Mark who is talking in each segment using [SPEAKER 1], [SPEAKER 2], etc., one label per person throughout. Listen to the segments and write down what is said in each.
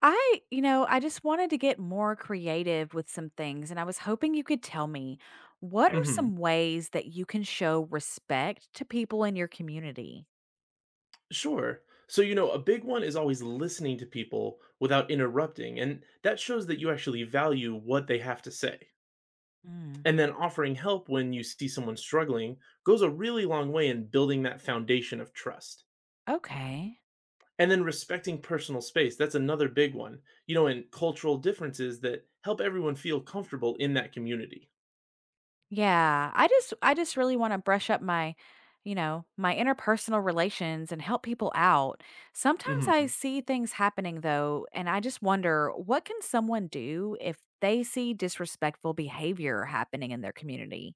[SPEAKER 1] I, you know, I just wanted to get more creative with some things, and I was hoping you could tell me what are
[SPEAKER 2] Mhm.
[SPEAKER 1] some ways that you can show respect to people in your community?
[SPEAKER 2] Sure. So, you know, a big one is always listening to people without interrupting, and that shows that you actually value what they have to say.
[SPEAKER 1] Mm,
[SPEAKER 2] And then offering help when you see someone struggling goes a really long way in building that foundation of trust.
[SPEAKER 1] okay.
[SPEAKER 2] And then respecting personal space, that's another big one, you know, and cultural differences that help everyone feel comfortable in that community.
[SPEAKER 1] Yeah, I just really want to brush up my, my interpersonal relations and help people out. Sometimes I
[SPEAKER 2] Mhm.
[SPEAKER 1] see things happening though, and I just wonder what can someone do if they see disrespectful behavior happening in their community?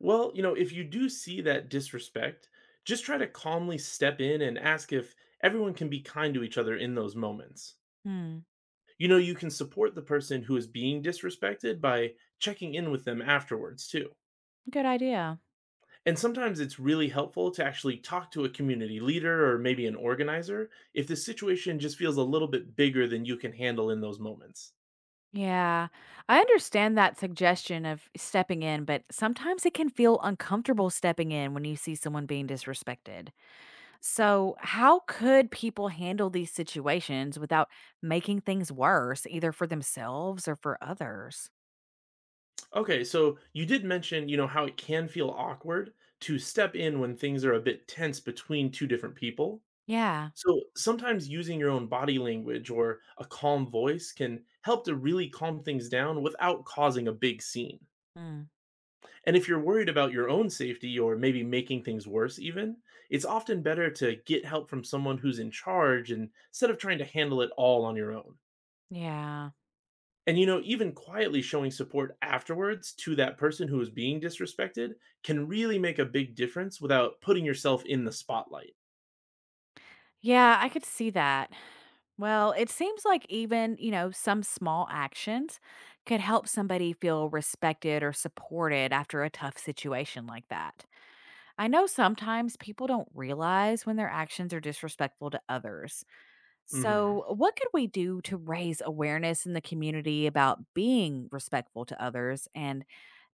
[SPEAKER 2] Well, you know, if you do see that disrespect, just try to calmly step in and ask if everyone can be kind to each other in those moments.
[SPEAKER 1] Hmm,
[SPEAKER 2] You know, you can support the person who is being disrespected by checking in with them afterwards, too.
[SPEAKER 1] good idea.
[SPEAKER 2] And sometimes it's really helpful to actually talk to a community leader or maybe an organizer if the situation just feels a little bit bigger than you can handle in those moments.
[SPEAKER 1] Yeah, I understand that suggestion of stepping in, but sometimes it can feel uncomfortable stepping in when you see someone being disrespected. So, how could people handle these situations without making things worse, either for themselves or for others?
[SPEAKER 2] Okay, so you did mention, you know, how it can feel awkward to step in when things are a bit tense between two different people.
[SPEAKER 1] Yeah.
[SPEAKER 2] So sometimes using your own body language or a calm voice can help to really calm things down without causing a big scene.
[SPEAKER 1] Mm.
[SPEAKER 2] And if you're worried about your own safety or maybe making things worse, even, it's often better to get help from someone who's in charge instead of trying to handle it all on your own.
[SPEAKER 1] Yeah.
[SPEAKER 2] And you know, even quietly showing support afterwards to that person who is being disrespected can really make a big difference without putting yourself in the spotlight.
[SPEAKER 1] Yeah, I could see that. Well, it seems like even, you know, some small actions could help somebody feel respected or supported after a tough situation like that. I know sometimes people don't realize when their actions are disrespectful to others.
[SPEAKER 2] Hmm.
[SPEAKER 1] So, what could we do to raise awareness in the community about being respectful to others and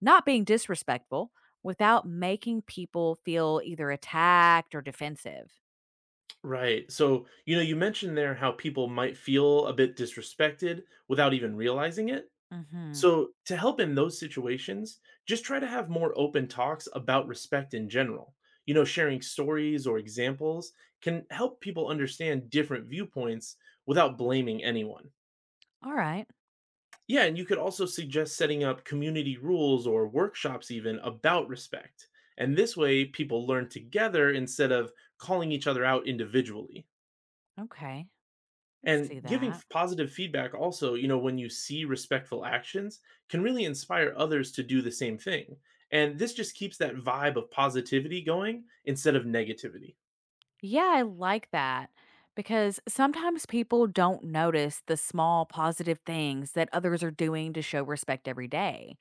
[SPEAKER 1] not being disrespectful without making people feel either attacked or defensive?
[SPEAKER 2] Right. So, you know, you mentioned there how people might feel a bit disrespected without even realizing it.
[SPEAKER 1] Mhm.
[SPEAKER 2] So, to help in those situations, just try to have more open talks about respect in general. You know, sharing stories or examples can help people understand different viewpoints without blaming anyone.
[SPEAKER 1] All right.
[SPEAKER 2] Yeah, and you could also suggest setting up community rules or workshops even about respect. And this way, people learn together instead of calling each other out individually.
[SPEAKER 1] Okay. Let's
[SPEAKER 2] And
[SPEAKER 1] see
[SPEAKER 2] giving
[SPEAKER 1] that.
[SPEAKER 2] positive feedback also, you know, when you see respectful actions can really inspire others to do the same thing, and this just keeps that vibe of positivity going instead of negativity.
[SPEAKER 1] Yeah, I like that because sometimes people don't notice the small positive things that others are doing to show respect every day.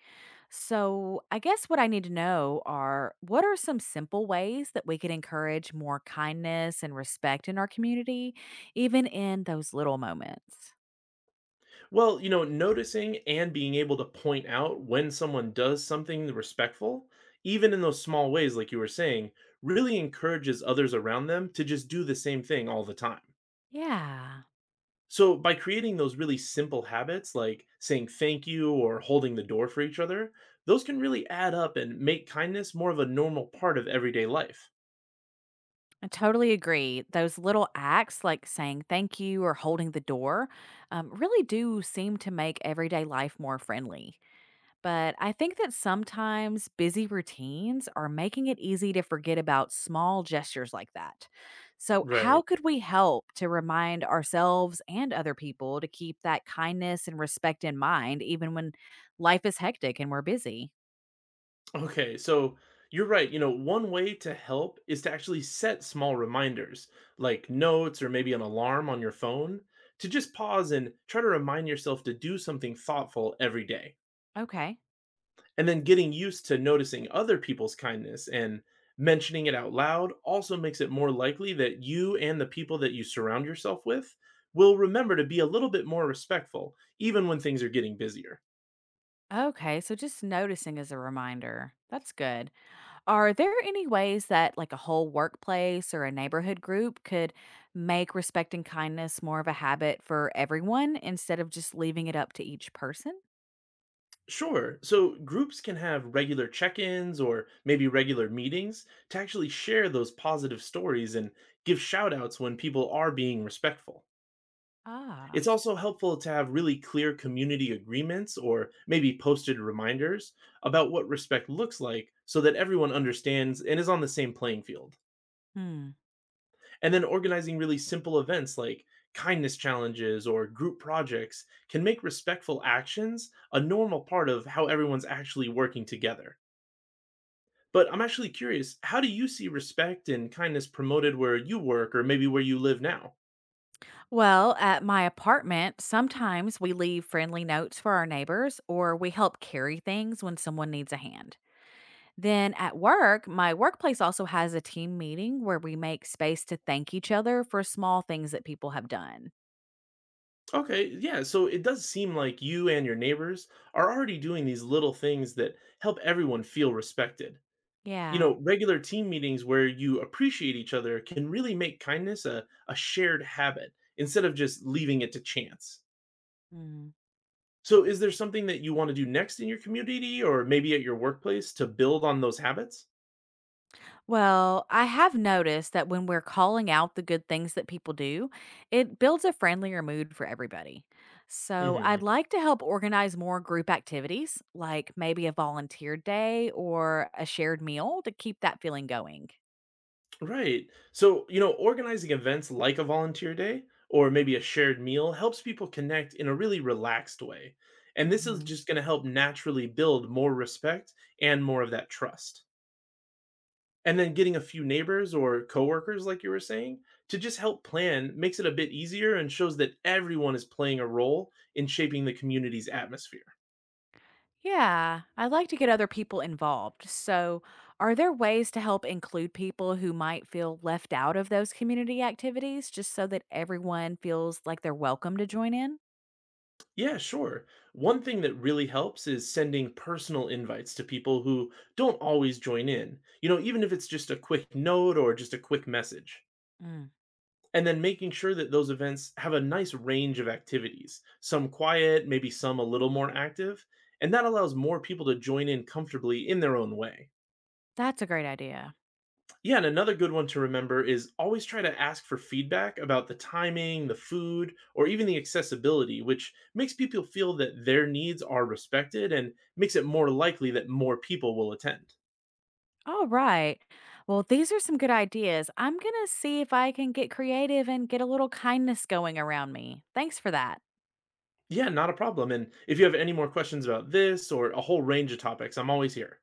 [SPEAKER 1] So, I guess what I need to know are what are some simple ways that we could encourage more kindness and respect in our community, even in those little moments?
[SPEAKER 2] Well, you know, noticing and being able to point out when someone does something respectful, even in those small ways like you were saying, really encourages others around them to just do the same thing all the time.
[SPEAKER 1] Yeah,
[SPEAKER 2] So by creating those really simple habits like saying thank you or holding the door for each other, those can really add up and make kindness more of a normal part of everyday life.
[SPEAKER 1] I totally agree. Those little acts like saying thank you or holding the door really do seem to make everyday life more friendly. But I think that sometimes busy routines are making it easy to forget about small gestures like that. So, how
[SPEAKER 2] Right.
[SPEAKER 1] could we help to remind ourselves and other people to keep that kindness and respect in mind, even when life is hectic and we're busy?
[SPEAKER 2] Okay, so you're right. You know, one way to help is to actually set small reminders, like notes or maybe an alarm on your phone, to just pause and try to remind yourself to do something thoughtful every day.
[SPEAKER 1] Okay.
[SPEAKER 2] And then getting used to noticing other people's kindness and mentioning it out loud also makes it more likely that you and the people that you surround yourself with will remember to be a little bit more respectful, even when things are getting busier.
[SPEAKER 1] Okay. So, just noticing as a reminder. That's good. Are there any ways that, like, a whole workplace or a neighborhood group could make respect and kindness more of a habit for everyone instead of just leaving it up to each person?
[SPEAKER 2] Sure, so groups can have regular check ins or maybe regular meetings to actually share those positive stories and give shout outs when people are being respectful. It's
[SPEAKER 1] Ah.
[SPEAKER 2] also helpful to have really clear community agreements or maybe posted reminders about what respect looks like so that everyone understands and is on the same playing field.
[SPEAKER 1] Hmm.
[SPEAKER 2] And then organizing really simple events like kindness challenges or group projects can make respectful actions a normal part of how everyone's actually working together. But I'm actually curious, how do you see respect and kindness promoted where you work or maybe where you live now?
[SPEAKER 1] Well, at my apartment, sometimes we leave friendly notes for our neighbors or we help carry things when someone needs a hand. Then at work, my workplace also has a team meeting where we make space to thank each other for small things that people have done.
[SPEAKER 2] Okay, yeah, so it does seem like you and your neighbors are already doing these little things that help everyone feel respected. You
[SPEAKER 1] Yeah.
[SPEAKER 2] know, regular team meetings where you appreciate each other can really make kindness a shared habit instead of just leaving it to chance.
[SPEAKER 1] Mm.
[SPEAKER 2] So, is there something that you want to do next in your community or maybe at your workplace to build on those habits?
[SPEAKER 1] Well, I have noticed that when we're calling out the good things that people do, it builds a friendlier mood for everybody. So
[SPEAKER 2] Hmm.
[SPEAKER 1] I'd like to help organize more group activities, like maybe a volunteer day or a shared meal to keep that feeling going.
[SPEAKER 2] Right. So, you know, organizing events like a volunteer day or maybe a shared meal helps people connect in a really relaxed way. And this is
[SPEAKER 1] Hmm.
[SPEAKER 2] just going to help naturally build more respect and more of that trust. And then getting a few neighbors or coworkers, like you were saying, to just help plan makes it a bit easier and shows that everyone is playing a role in shaping the community's atmosphere.
[SPEAKER 1] Yeah, I like to get other people involved. So, are there ways to help include people who might feel left out of those community activities just so that everyone feels like they're welcome to join in?
[SPEAKER 2] Yeah, sure. One thing that really helps is sending personal invites to people who don't always join in, you know, even if it's just a quick note or just a quick message.
[SPEAKER 1] Mm.
[SPEAKER 2] And then making sure that those events have a nice range of activities, some quiet, maybe some a little more active. And that allows more people to join in comfortably in their own way.
[SPEAKER 1] That's a great idea.
[SPEAKER 2] Yeah, and another good one to remember is always try to ask for feedback about the timing, the food, or even the accessibility, which makes people feel that their needs are respected and makes it more likely that more people will attend.
[SPEAKER 1] All right. Well, these are some good ideas. I'm going to see if I can get creative and get a little kindness going around me. Thanks for that.
[SPEAKER 2] Yeah, not a problem. And if you have any more questions about this or a whole range of topics, I'm always here.